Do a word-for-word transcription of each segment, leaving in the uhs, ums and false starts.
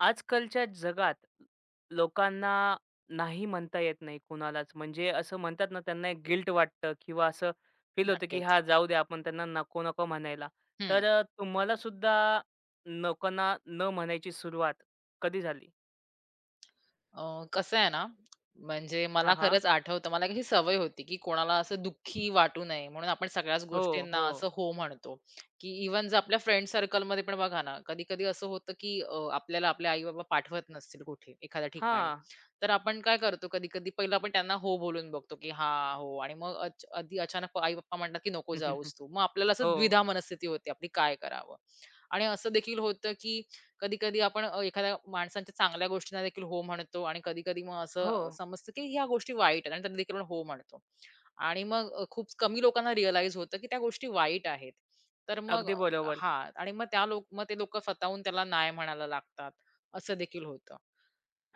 आजकालच्या जगात लोकांना नाही म्हणता येत नाही कुणालाच. म्हणजे असं म्हणतात ना, त्यांना एक गिल्ट वाटतं किंवा असं फील होतं, की नक्कीच. "हां, जाऊ द्या, आपण त्यांना नको-नको म्हणायला." हं. तर अ, तुम्हाला सुद्धा लोकांना न म्हणायची सुरुवात कधी झाली? अ, कसं आहे ना, म्हणजे मला हां, हां. खरंच आठवतं, मला ही सवय होती, की कोणाला असं दुःखी वाटू नये म्हणून आपण सगळ्याच हो, गोष्टींना असं हो. हो म्हणतो, की इव्हन जर आपल्या फ्रेंड सर्कलमध्ये पण बघा ना, कधी-कधी असं होतं, की अ, आपल्याला आपले आई-बाबा पाठवत नसतील कुठे एखाद्या ठिकाणी, हां. तर आपण काय करतो कधी-कधी पहिलं आपण त्यांना हो बोलून बघतो, की हां, हो, आणि मग अच अधी अचानक आई-पप्पा म्हणतात, की नको जाऊस तू. मग आपल्याला असं हो, द्विधा मनस्थिती होते, आपली काय करावं? आणि असं देखील होतं, की कधी-कधी आपण अ, एखाद्या माणसांच्या चांगल्या गोष्टींना देखील हो म्हणतो आणि कधी-कधी मग हो. असं समजतं, की ह्या गोष्टी वाईट आहेत आणि त्यांना देखील आपण हो म्हणतो. आणि मग अ, खूप कमी लोकांना रिअलाईज होतं, की त्या गोष्टी वाईट आहेत. तर मग अगदी बरोबर. हां. आणि मग त्या लोक मग ते लोकं स्वतःहून त्याला नाही म्हणायला लागतात. असं देखील होतं.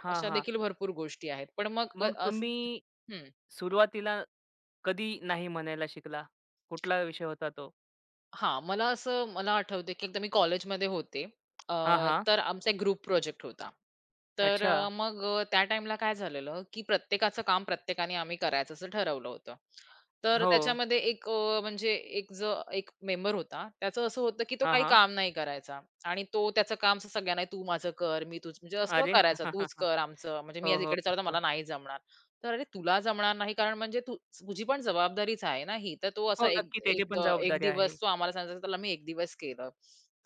हां, अशा हां. देखील भरपूर गोष्टी आहेत. पण मग अ, मग अस तुम्ही हं. सुरुवातीला कधी नाही म्हणायला शिकला? कुठला विषय होता तो? हां, मला असं मला आठवतंय, की एकदा मी कॉलेजमध्ये होते. अ, हां, हां. तर आमचा एक ग्रुप प्रोजेक्ट होता. तर अच्छा. अ, मग अ, त्या टाईमला काय झालेलं, की प्रत्येकाचं काम प्रत्येकाने आम्ही करायचं असं ठरवलं होतं. तर हो. त्याच्यामध्ये एक अ, म्हणजे एक ज एक मेंबर होता. त्याचं असं होतं, की तो हां, काही हां. काम नाही करायचा आणि तो त्याचं काम असं सगळ्यांना, "तू माझं कर, मी तुझं," म्हणजे असं अरे! करायचा, "तूच कर आमचं, म्हणजे मी हो, आज हो, इकडे चाललो, हो. मला नाही जमणार." तर, "अरे, तुला जमणार नाही, कारण म्हणजे तू, तुझी पण जबाबदारीच आहे ना ही." तर तो हो, असा एक नक्की त्याची एक पण द एक जबाबदारी आहे. दिवस तो आम्हाला सांगायचा, त्याला मी एक दिवस केलं.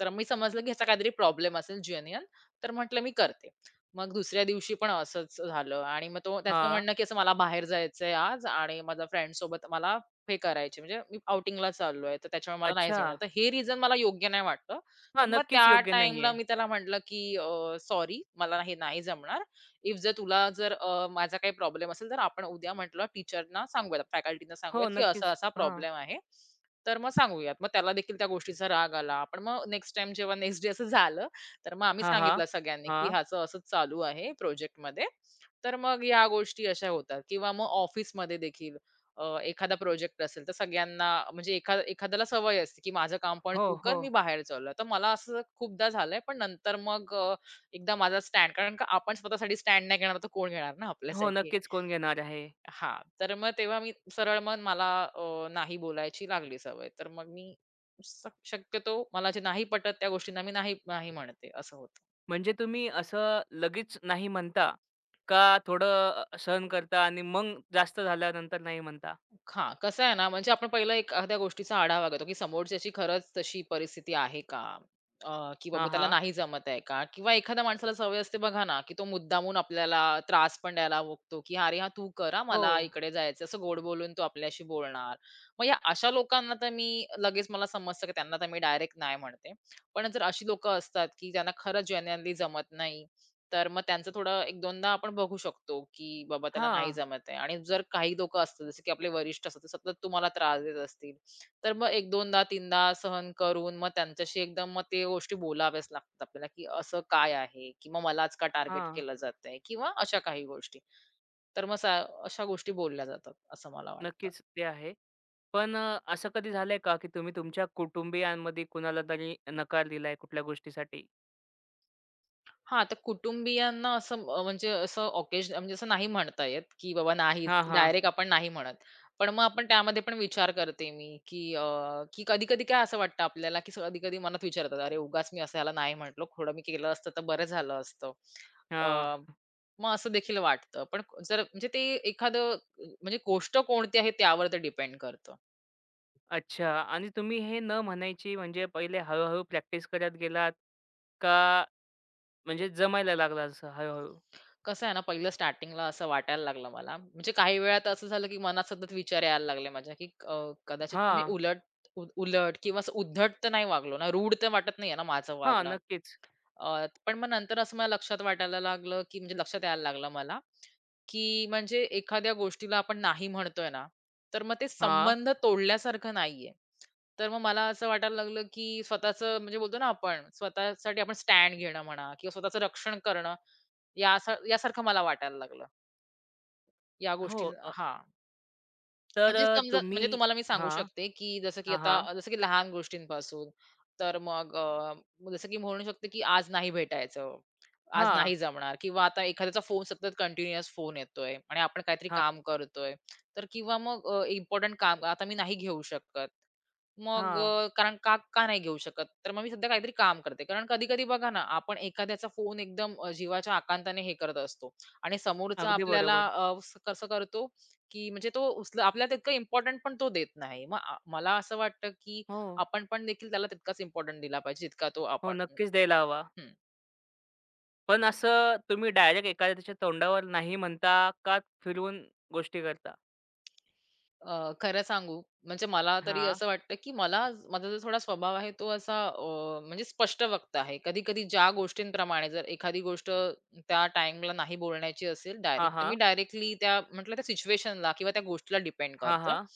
तर मी समजलं, की ह्याचा काहीतरी प्रॉब्लेम असेल जेन्युइन. तर म्हटलं, "मी करते." मग दुसऱ्या दिवशी पण असंच झालं आणि मग तो त्याचं हां. म्हणणं, की असं मला बाहेर जायचंय आज आणि माझ्या फ्रेंड्ससोबत मला हे करायचे, म्हणजे मी आउटिंगला चाललोय, तर त्याच्यामुळे मला नाही अच्छा. जमणार. तर हे रिझन मला योग्य नाही वाटलं. हां, तर मग नक्कीच त्या योग्य टाईमला नाहीये. मी त्याला म्हटलं, की अ, "सॉरी, मला हे नाही जमणार. इफ जर तुला जर अ, माझा काही प्रॉब्लेम असेल, तर आपण उद्या," म्हटलं, "टीचरना सांगूयात, फॅकल्टीना सांगूयात, हो, की नक्कीच. असा-असा हां. प्रॉब्लेम आहे. तर मग सांगूयात." मग त्याला देखील त्या गोष्टीचा राग आला. पण मग नेक्स्ट टाईम जेव्हा नेक्स्ट डे असं झालं, तर मग आम्ही हां, हां. सांगितलं सगळ्यांनी, की हां. ह्याचं असंच चालू आहे प्रोजेक्टमध्ये. तर मग या गोष्टी अशा होतात किंवा मग ऑफिसमध्ये देखील अ, एखादा प्रोजेक्ट असेल तर सगळ्यांना, म्हणजे एखा एखाद्याला सवय असते, की माझं काम पण हो, तू कर, हो. मी बाहेर चाललोय. तर मला असं खूपदा झालंय, पण नंतर मग अ, एकदा माझा स्टँड कारण, का आपण स्वतःसाठी स्टँड नाही घेणार तर कोण घेणार ना हो, आपल्यासाठी? नक्कीच कोण घेणार आहे. हां, तर मग तेव्हा मी सरळ, मग मला अ, नाही बोलायची लागली सवय. तर मग मी श शक्यतो मला जे नाही पटत त्या गोष्टींना मी नाही, नाही म्हणते, असं होतं. म्हणजे तुम्ही असं लगेच नाही म्हणता का थोडं अ, सहन करता आणि मग जास्त झाल्यानंतर नाही म्हणता? हां, कसं आहे ना, म्हणजे आपण पहिलं एक एखाद्या गोष्टीचा आढावा घेतो, की समोरच्याची खरंच तशी परिस्थिती आहे का? अ, की बाबा हां, त्याला हां. नाही जमत आहे का? किंवा एखाद्या माणसाला सवय असते बघा ना, की तो मुद्दामून आपल्याला त्रास पण द्यायला बघतो, की, "अरे हां, तू कर, हो. मला इकडे जायचं." असं गोड बोलून तो आपल्याशी बोलणार. मग या अशा लोकांना, तर मी लगेच मला समजतं, की त्यांना तर मी डायरेक्ट नाही म्हणते. पण जर अशी लोकं असतात, की ज्यांना खरंच जेन्युइनली जमत नाही, तर मग त्यांचं थोडं एक दोनदा आपण बघू शकतो, की बाबा त्याला हां, नाही जमत आहे. आणि जर काही लोकं असतात, जसे की आपले वरिष्ठ असतात, ते सतत तुम्हाला त्रास देत असतील, तर मग एक-दोनदा तीनदा सहन करून मग त्यांच्याशी एकदम मग ते गोष्टी बोलाव्याच लागतात आपल्याला, की असं काय आहे? किंवा मलाच का टार्गेट हां. केलं जातंय? किंवा अशा काही गोष्टी. तर मग सा अशा गोष्टी बोलल्या जातात, असं मला वाटतं. नक्कीच ते आहे. पण अ, असं कधी झालंय का, की तुम्ही तुमच्या कुटुंबियांमध्ये कुणाला तरी नकार दिलाय कुठल्या गोष्टीसाठी? हां, तर कुटुंबियांना असं अ, म्हणजे असं ऑकेजन, म्हणजे असं नाही म्हणता येत, की बाबा नाहीच, हां, हां. डायरेक्ट आपण नाही म्हणत. पण मग आपण त्यामध्ये पण विचार करते मी, की अ, की कधी-कधी काय असं वाटतं आपल्याला, की कधी-कधी मनात विचार, "अरे, उगाच मी असं ह्याला नाही म्हटलो. थोडं मी केलं असतं तर बरं झालं असतं." हां. अ, मग असं देखील वाटतं. पण जर म्हणजे ते एखादं म्हणजे गोष्ट कोणती आहे त्यावर ते डिपेंड करतं. अच्छा आणि तुम्ही हे न म्हणायची म्हणजे पहिले हळू प्रॅक्टिस करत गेलात का म्हणजे जमायला लागलं असं हळू-हळू? कसं आहे ना, पहिलं स्टार्टिंगला असं वाटायला लागलं मला. म्हणजे काही वेळा असं झालं, की मनात सतत विचार यायला लागले माझ्या, की अ, कदाचित तर मी हां. उलट उ उलट किंवा असं उद्धट तर नाही वागलो ना, रूड तर वाटत नाहीये ना माझं वागणं. नक्कीच. अ, पण मग नंतर असं मला लक्षात वाटायला लागलं, की म्हणजे लक्षात यायला लागलं मला, की म्हणजे एखाद्या गोष्टीला आपण नाही म्हणतोय ना, तर मग ते हां. संबंध तोडल्यासारखं नाहीये. तर मग मला असं वाटायला लागलं, की स्वतःचं, म्हणजे बोलतो ना आपण, स्वतःसाठी आपण स्टँड घेणं म्हणा किंवा स्वतःचं रक्षण करणं, यासा यासारखं मला वाटायला लागलं. या हो. गोष्टी, अ, हां. तर म्हणजे अ, समजा, तुम्ही म्हणजे तुम्हाला मी सांगू हां. शकते, की जसं की हां, हां. आता, जसं की लहान गोष्टींपासून, तर मग अ, जसं की म्हणू शकते, की आज नाही भेटायचं, आज हां. नाही जमणार, किंवा आता एखाद्याचा फोन सतत कंटिन्युअस फोन येतोय आणि आपण काहीतरी हां. काम करतोय, तर किंवा मग अ, काम आता मी नाही घेऊ शकत. मग हां. अ, कारण का का नाही घेऊ शकत? तर मग मी सध्या काहीतरी काम करते. कारण कधी-कधी बघा ना, आपण एखाद्याचा फोन एकदम अ, जीवाच्या आकांताने हे करत असतो आणि समोरचा अगदी आपल्याला बरोबर. अ, स कसं करतो, की म्हणजे तो उचल, आपल्याला तितकं इम्पोर्टंट पण तो देत नाही. मग आ मला असं वाटतं, की हो. आपण पण देखील त्याला तितकाच इम्पोर्टंट दिला पाहिजे, जितका तो हो, आपण. नक्कीच द्यायला हवा. हं. पण असं तुम्ही डायरेक्ट एखाद्याच्या तोंडावर नाही म्हणता का फिरवून गोष्टी करता? अ, खरं सांगू, म्हणजे मला तरी हां. असं वाटतं, की मला माझा जो थोडा स्वभाव आहे तो असा अ, म्हणजे स्पष्ट वक्ता आहे. कधी-कधी ज्या गोष्टींप्रमाणे जर एखादी गोष्ट त्या टाईमला नाही बोलण्याची असेल हां, डायरेक्ट, तर मी हां. डायरेक्टली त्या म्हटलं, त्या सिच्युएशनला किंवा त्या गोष्टीला डिपेंड हां, करतं. हां.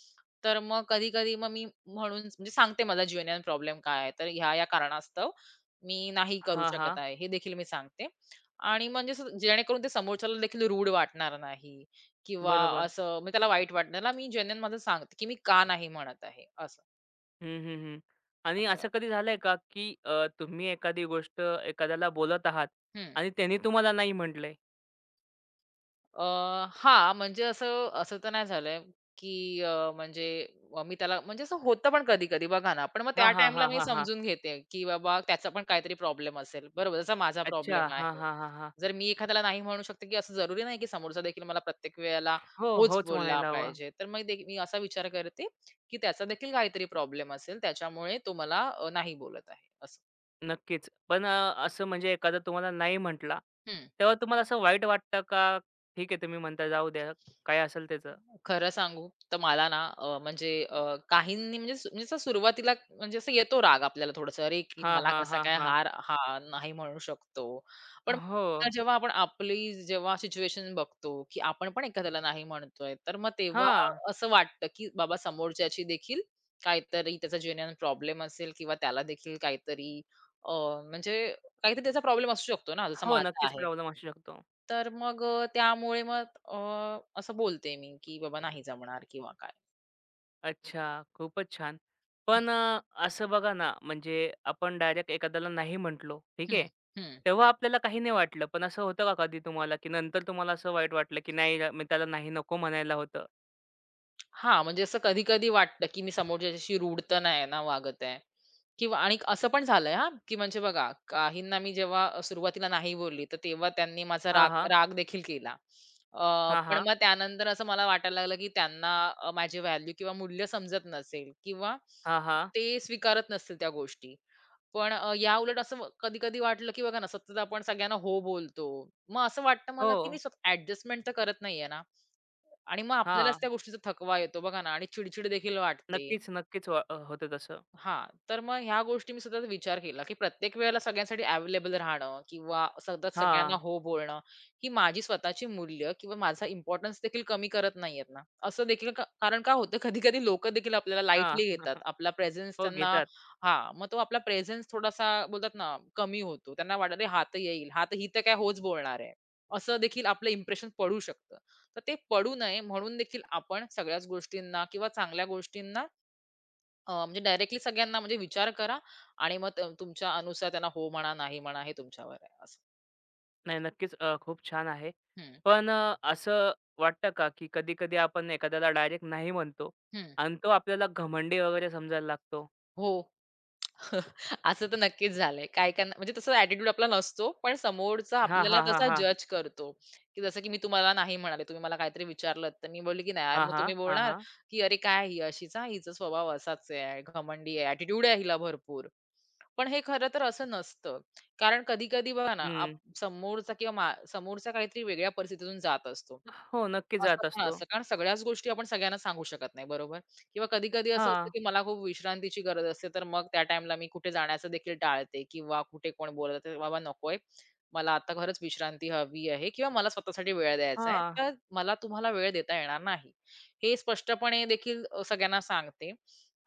तर मग कधी-कधी मग मी म्हणून, म्हणजे सांगते मला जेन्युइन प्रॉब्लेम काय आहे. तर ह्या-ह्या कारणास्तव मी नाही करू हां, शकत हां. आहे, हे देखील मी सांगते आणि म्हणजे असं जेणेकरून ते समोरच्याला देखील रूड वाटणार नाही किंवा बरोबर. असं, म्हणजे त्याला वाईट वाटणार ना, मी जेन्युइन माझं सांगते, की मी का नाही म्हणत आहे, असं, हं, हं, हं. आणि असं. असं कधी झालंय का, की अ, तुम्ही एखादी गोष्ट एखाद्याला बोलत आहात हं. आणि त्यांनी तुम्हाला नाही म्हटलंय? अ, हां, म्हणजे असं असं तर नाही झालंय, की अ, म्हणजे, अ, मी त्याला, म्हणजे असं होतं, पण कधी-कधी बघा ना, पण मग हां, त्या हां, टाईमला हां, मी हां, हां. समजून घेते, की बाबा त्याचा पण काहीतरी प्रॉब्लेम असेल, बरोबर. जसा माझा अच्छा. प्रॉब्लेम हां, आहे. हां, हां, हां. जर मी एखाद्याला नाही म्हणू शकते, की असं जरुरी नाही, की समोरचा देखील मला प्रत्येक वेळेला हो, होच होच बोलला म्हणायला हवं. पाहिजे. तर मग दे मी असा विचार करते, की त्याचा देखील काहीतरी प्रॉब्लेम असेल, त्याच्यामुळे तो मला अ, नाही बोलत आहे, असं. नक्कीच. पण अ, असं म्हणजे एखादा तुम्हाला नाही म्हटला, हं. तेव्हा तुम्हाला असं वाईट वाटतं का? ठीक आहे, तुम्ही म्हणता जाऊ द्या, काय असेल त्याचं? खरं सांगू तर मला ना अ, म्हणजे, अ, काहींनी, म्हणजे सु म्हणजे असं सुरुवातीला, म्हणजे असं येतो राग आपल्याला थोडंसं, "अरे, की हां, मला हां, कसा हां, काय हां. हार हा नाही म्हणू शकतो." पण हो. आता जेव्हा आपण आपली, जेव्हा सिच्युएशन बघतो, की आपण पण एखाद्याला नाही म्हणतोय, तर मग तेव्हा हां. असं वाटतं, की बाबा समोरच्याची देखील काहीतरी, त्याचा जेन्युइन प्रॉब्लेम असेल किंवा त्याला देखील काहीतरी अ, म्हणजे काहीतरी त्याचा प्रॉब्लेम असू शकतो ना, जसा हो, माझा नक्कीच आहे. प्रॉब्लेम असू शकतो. तर मग अ, त्यामुळे मग अ, असं बोलते मी, की, "बाबा नाही जमणार," किंवा काय. अच्छा, खूपच छान. हं, पण अ, असं बघा ना, म्हणजे आपण डायरेक्ट एखाद्याला नाही म्हटलो, ठीक हं, आहे. हं. तेव्हा आपल्याला काही नाही वाटलं. पण असं होतं का कधी तुम्हाला, की नंतर तुम्हाला असं वाईट वाटलं, की नाही यार मी त्याला नाही नको म्हणायला होतं? हां, म्हणजे असं कधी-कधी वाटतं, की मी समोरच्याच्याशी रूड तर नाही ना वागत आहे किंवा. आणि असं पण झालंय हां, की म्हणजे बघा, काहींना मी जेव्हा अ, सुरुवातीला नाही बोलली, तर तेव्हा त्यांनी माझा हां, राग हां. राग देखील केला. अ, हां, पण हां. मग त्यानंतर असं मला वाटायला लागलं, की त्यांना अ, माझी व्हॅल्यू किंवा मूल्य समजत नसेल किंवा हां, हां. ते स्वीकारत नसतील त्या गोष्टी. पण अ, याउलट असं कधी-कधी वाटलं, की बघा ना, सतत आपण सगळ्यांना हो बोलतो. मग असं वाटतं हो. मला, की मी स्वतः तर करत नाहीये ना. आणि मग आपल्यालाच हां. त्या गोष्टीचा थकवा येतो बघा ना, आणि चिडचिड देखील वाटते. नक्कीच, नक्कीच वा अ, होतं तसं. हां, तर मग ह्या गोष्टी मी सतत विचार केला, की प्रत्येक वेळेला सगळ्यांसाठी अवेलेबल राहणं किंवा सतत सगळ्यांना हां. हो बोलणं, ही माझी स्वतःची मूल्य किंवा माझा इम्पोर्टन्स देखील कमी करत नाहीयेत ना. असं देखील का, कारण काय होतं कधी-कधी लोकं देखील आपल्याला हां. लाईटली घेतात. आपला प्रेझेन्स हो, त्यांना, घेतात. हां, मग तो आपला प्रेझेन्स थोडासा, बोलतात ना, कमी होतो. त्यांना वाटतं, "अरे, हा तर येईल, हा तर, ही तर काय होच बोलणार आहे." असं देखील आपलं इम्प्रेशन पडू शकतं. तर ते पडू नये म्हणून देखील आपण सगळ्याच गोष्टींना किंवा चांगल्या गोष्टींना अ, म्हणजे डायरेक्टली सगळ्यांना, म्हणजे विचार करा आणि मग त- तुमच्या अनुसार त्यांना हो म्हणा, नाही म्हणा, हे तुमच्यावर आहे, असं. नाही नक्कीच अ, खूप छान आहे. हम्म. पण अ, असं वाटतं का, की कधी-कधी आपण एखाद्याला डायरेक्ट नाही म्हणतो हम्म. आणि तो आपल्याला घमंडी वगैरे समजायला लागतो? हो. असं तर नक्कीच झालंय, काय काय, म्हणजे तसं ऍटिट्यूड आपला नसतो, पण समोरचा हां, आपल्याला हां, हां, तसा हां. जज करतो, की जसं की मी तुम्हाला नाही म्हणाले, तुम्ही मला काहीतरी विचारलं तर मी बोलली, की नाही यार, हां, मग हां. तुम्ही हां, बोलणार, हां. की अरे काय ही अशीचा, हिचा स्वभाव असाच आहे, घमंडी आहे, ऍटिट्यूड आहे हिला भरपूर. पण हे खरं तर असं नसतं, कारण कधी कधी बघा ना, हं. आप- समोरचा किंवा मा- समोरचा काहीतरी वेगळ्या परिस्थितीतून जात असतो. हो, नक्कीच असं जात पण असतो. असतं. कारण सगळ्याच गोष्टी आपण सगळ्यांना सांगू शकत नाही, बरोबर? किंवा कधी-कधी असं असतं, हां, की मला खूप विश्रांतीची गरज असते, तर मग त्या टाईमला मी कुठे जाण्याचं देखील टाळते किंवा कुठे कोण बोलत असेल, "बाबा नकोय, मला आता खरंच विश्रांती हवी आहे किंवा मला स्वतःसाठी वेळ द्यायचा आहे, हां. तर मला तुम्हाला वेळ देता येणार नाही." हे स्पष्टपणे देखील अ, सगळ्यांना सांगते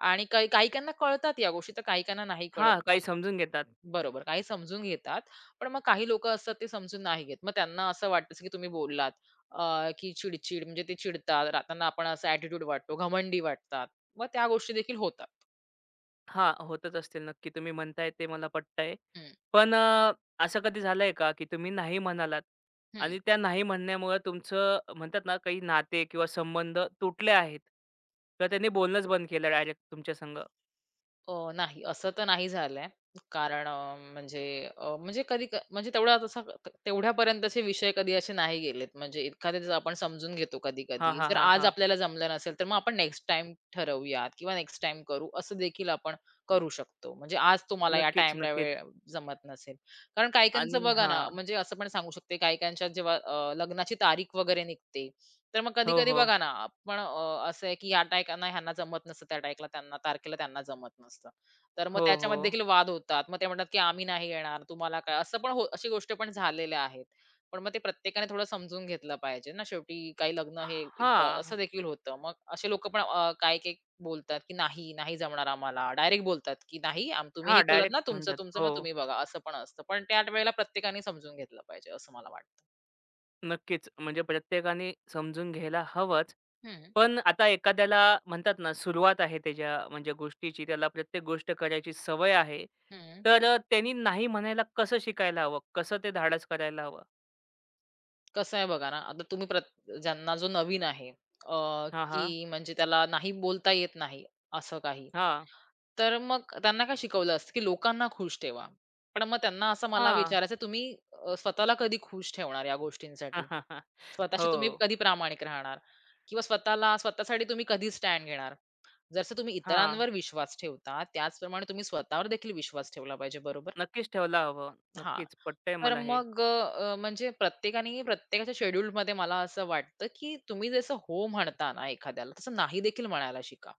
आणि काही काहीकाहींना कळतात या गोष्टी, तर काहीकाहींना नाही हां, कळत. काही समजून घेतात. बरोबर. काही समजून घेतात. पण मग काही लोकं असतात ते समजून नाही घेत. मग त्यांना असं वाटतं, जसं की तुम्ही बोललात अ, की चिड-चिड म्हणजे ते चिडतात. त्यांना आपण असा ॲटिट्यूड वाटतो, घमंडी वाटतात. मग त्या गोष्टी देखील होतात. हां, होतच असतील नक्की. तुम्ही म्हणताय ते मला पटतंय. हं, पण अ, असं कधी झालंय का, की तुम्ही नाही म्हणालात हं. आणि त्या नाही म्हणण्यामुळं तुमचं म्हणतात ना, काही नाते किंवा संबंध तुटले आहेत? किंवा त्यांनी बोलणंच बंद केलं डायरेक्ट तुमच्या संग? अ, नाही, असं तर नाही झालंय. कारण अ, म्हणजे अ, म्हणजे कधी क म्हणजे तेवढा तसा क- तेवढ्यापर्यंतचे विषय कधी असे नाही गेलेत. म्हणजे एखाद्याचं आपण समजून घेतो हां, कधी-कधी. हां, जर हां, आज हां. आपल्याला जमलं नसेल, तर मग आपण नेक्स्ट टाईम ठरवूयात किंवा नेक्स्ट टाइम करू, असं देखील आपण करू शकतो. म्हणजे आज तुम्हाला या नक्कीच, टाईमला वेळ नक्कीच. जमत नसेल. कारण काही आणि बघा ना, हां. म्हणजे असं पण सांगू शकते, काही जेव्हा अ, लग्नाची तारीख वगैरे निघते, तर मग हो, कधी-कधी हो. बघा ना, आपण अ, असं आहे की ह्या टायकांना ह्यांना जमत नसतं, त्या टायकला त्यांना तारखेला त्यांना जमत नसतं. तर मग हो, हो. त्याच्यामध्ये देखील वाद होतात. मग ते म्हणतात की "आम्ही नाही येणार, तुम्हाला काय?" असं पण हो अशी गोष्ट पण झालेल्या आहेत. पण मग ते प्रत्येकाने थोडं समजून घेतलं पाहिजे ना, शेवटी काही लग्न हे एकदा असं हां. देखील होतं. मग असे लोकं पण अ, काही-काही बोलतात की "नाही, नाही जमणार आम्हाला." डायरेक्ट बोलतात की "नाही, आम तुम्ही हे हां, केलत डायरेक्ट ना तुमचं, म्हणतात. तुमचं मग हो. तुम्ही बघा." असं पण असतं. पण त्या वेळेला प्रत्येकाने समजून घेतलं पाहिजे असं मला वाटतं. नक्कीच. म्हणजे प्रत्येकाने समजून घ्यायला हवंच. हं, पण आता एखाद्याला म्हणतात ना, सुरुवात आहे त्याच्या म्हणजे गोष्टीची, त्याला प्रत्येक गोष्ट करायची सवय आहे. हं. तर अ, त्यांनी नाही म्हणायला कसं शिकायला हवं? कसं ते धाडस करायला हवं? कसं आहे बघा ना, आता तुम्ही प्रत ज्यांना जो नवीन आहे अ, हां, हां. की म्हणजे त्याला नाही बोलता येत नाही, असं काही. हां. तर मग त्यांना काय शिकवलं असतं, की लोकांना खुश ठेवा. पण मग त्यांना असं मला हां. विचारायचं तुम्ही अ, स्वतःला कधी खुश ठेवणार या गोष्टींसाठी? स्वतःशी तुम्ही हो. कधी प्रामाणिक राहणार? किंवा स्वतःला स्वतःसाठी तुम्ही कधी स्टँड घेणार? जसं तुम्ही हां. इतरांवर विश्वास ठेवता, त्याचप्रमाणे तुम्ही स्वतःवर देखील विश्वास ठेवला पाहिजे, बरोबर? नक्कीच ठेवायला हवं. हां. नक्कीच पटतंय तर मला हे. मग अ, म्हणजे प्रत्येकाने प्रत्येकाच्या शेड्यूलमध्ये मला असं वाटतं, की तुम्ही जसं हो म्हणता ना एखाद्याला, तसं नाही देखील म्हणायला शिका.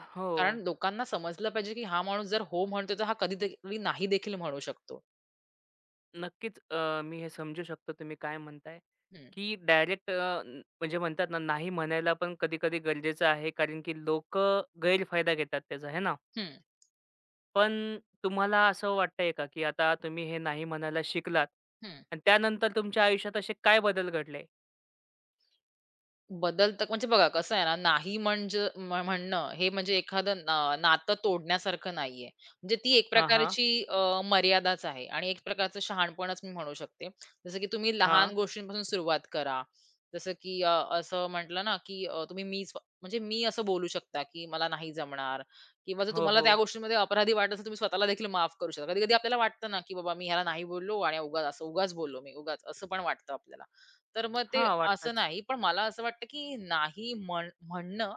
हो. कारण लोकांना समजलं पाहिजे, की हा माणूस जर हो म्हणतोय, तर हा कधीतरी नाही देखील म्हणू शकतो. नक्कीच अ, मी हे समजू शकतो तुम्ही काय म्हणताय, हं, की डायरेक्ट अ, न म्हणजे म्हणतात ना, नाही म्हणायला पण कधी-कधी गरजेचं आहे, कारण की लोकं गैरफायदा घेतात त्याचा, आहे ना? हं, पण तुम्हाला असं वाटतंय का, की आता तुम्ही हे नाही म्हणायला शिकलात हं. आणि त्यानंतर तुमच्या आयुष्यात असे काय बदल घडले? बदल तर म्हणजे बघा कसं आहे ना, नाही म्हणजे म्ह म्हणणं हे म्हणजे एखादं ना नातं तोडण्यासारखं नाहीये. म्हणजे ती एक हां, हां. प्रकारची अ, मर्यादाच आहे आणि एक प्रकारचं शहाणपणच मी म्हणू शकते. जसं की तुम्ही लहान हां. गोष्टींपासून सुरुवात करा. जसं की अ, असं म्हटलं ना, की अ, तुम्ही मीच म्हणजे मी असं बोलू शकता, की मला नाही जमणार किंवा जर हो, तुम्हाला हो. त्या गोष्टीमध्ये अपराधी वाटत असेल, तुम्ही स्वतःला देखील माफ करू शकता. कधी-कधी आपल्याला वाटतं ना, की बाबा मी ह्याला नाही बोललो आणि उगाच असं उगाच बोललो मी, उगाच असं पण वाटतं आपल्याला. तर मग ते हां, असं वाटतंच. नाही. पण मला असं वाटतं, की नाही म्हण म्हणणं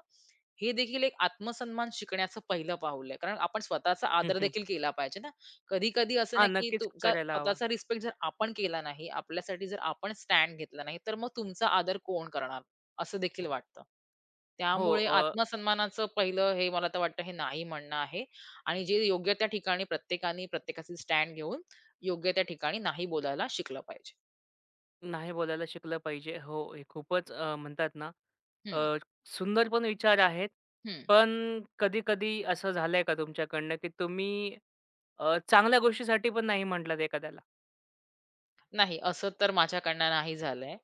हे देखील एक आत्मसन्मान शिकण्याचं पहिलं पाऊल आहे. कारण आपण स्वतःचा हं, आदर हं. देखील केला पाहिजे ना. कधी-कधी असं हां, नाही, की नक्कीच तुमचा करायला हवा. स्वतःचा रिस्पेक्ट जर आपण केला नाही, आपल्यासाठी जर आपण स्टँड घेतला नाही, तर मग तुमचा आदर कोण करणार? असं देखील वाटतं. हो. त्यामुळे आत्मसन्मानाचं पहिलं हे मला तर वाटतं हे नाही म्हणणं आहे आणि जे योग्य त्या ठिकाणी प्रत्येकाने प्रत्येकाचे स्टँड घेऊन योग्य त्या ठिकाणी नाही बोलायला शिकलं पाहिजे. नाही बोलायला शिकलं पाहिजे. हो, हे खूपच अ, म्हणतात ना, अ, हं, सुंदर पण विचार आहेत. हं. पण कधी-कधी असं झालंय का तुमच्याकडनं, की तुम्ही अ, चांगल्या गोष्टीसाठी पण नाही म्हटलात एखाद्याला? नाही, असं तर माझ्याकडनं नाही झालंय.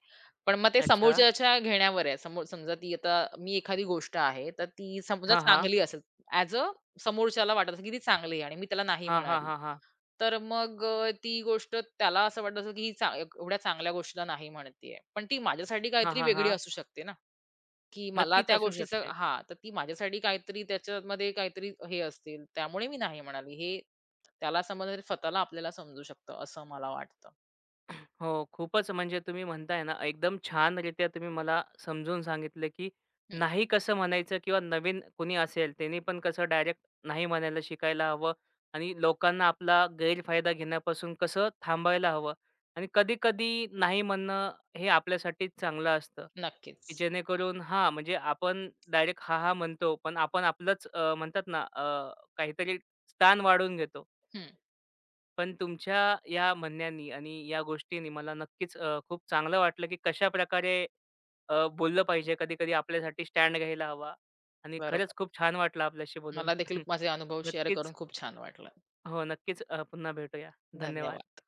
पण मग ते अच्छा. समोरच्याच्या घेण्यावर आहे. समोर समजा ती आता मी एखादी गोष्ट आहे, तर ती समजा हां, हां. चांगली असेल ॲज अ समोरच्याला वाटत असेल की ती चांगली आहे आणि मी त्याला नाही हां, हां, म्हणाली. हां, हां. तर मग अ, ती गोष्ट त्याला असं वाटत असेल की ही चा एवढ्या चांगल्या गोष्टीला नाही म्हणतीये. पण ती माझ्यासाठी हां, काहीतरी हां, वेगळी हां. असू शकते ना, की मला नक्कीच त्या असू गोष्टीचं शकते. हां, तर ती माझ्यासाठी काहीतरी त्याच्यामध्ये काहीतरी हे असतील, त्यामुळे मी नाही म्हणाली. हे त्याला समजलं स्वतःला आपल्याला समजू शकतं असं मला वाटतं. हो, खूपच म्हणजे तुम्ही म्हणताय ना, एकदम छान रित्या तुम्ही मला समजून सांगितलं, की हं, नाही कसं म्हणायचं किंवा नवीन कुणी असेल त्यानी पण कसं डायरेक्ट नाही म्हणायला शिकायला हवं आणि लोकांना आपला गैरफायदा घेण्यापासून कसं थांबायला हवं आणि कधी-कधी नाही म्हणणं हे आपल्यासाठीच चांगलं असतं, नक्कीच. की जेणेकरून हां, म्हणजे आपण डायरेक्ट हां, हां म्हणतो, पण आपण आपलंच अ, म्हणतात ना अ, काहीतरी स्थान वाढवून घेतो. हं, पण तुमच्या या म्हणण्यानी आणि या गोष्टींनी मला नक्कीच अ, खूप चांगलं वाटलं, की कशाप्रकारे अ, बोललं पाहिजे, कधी-कधी आपल्यासाठी स्टँड घ्यायला हवा आणि खरंच बरोबर. खूप छान वाटलं आपल्याशी बोलून. मला देखील माझे अनुभव शेअर नक्कीच करून खूप छान वाटलं. हो, नक्कीच अ, पुन्हा भेटूया. धन्यवाद. धन्यवाद.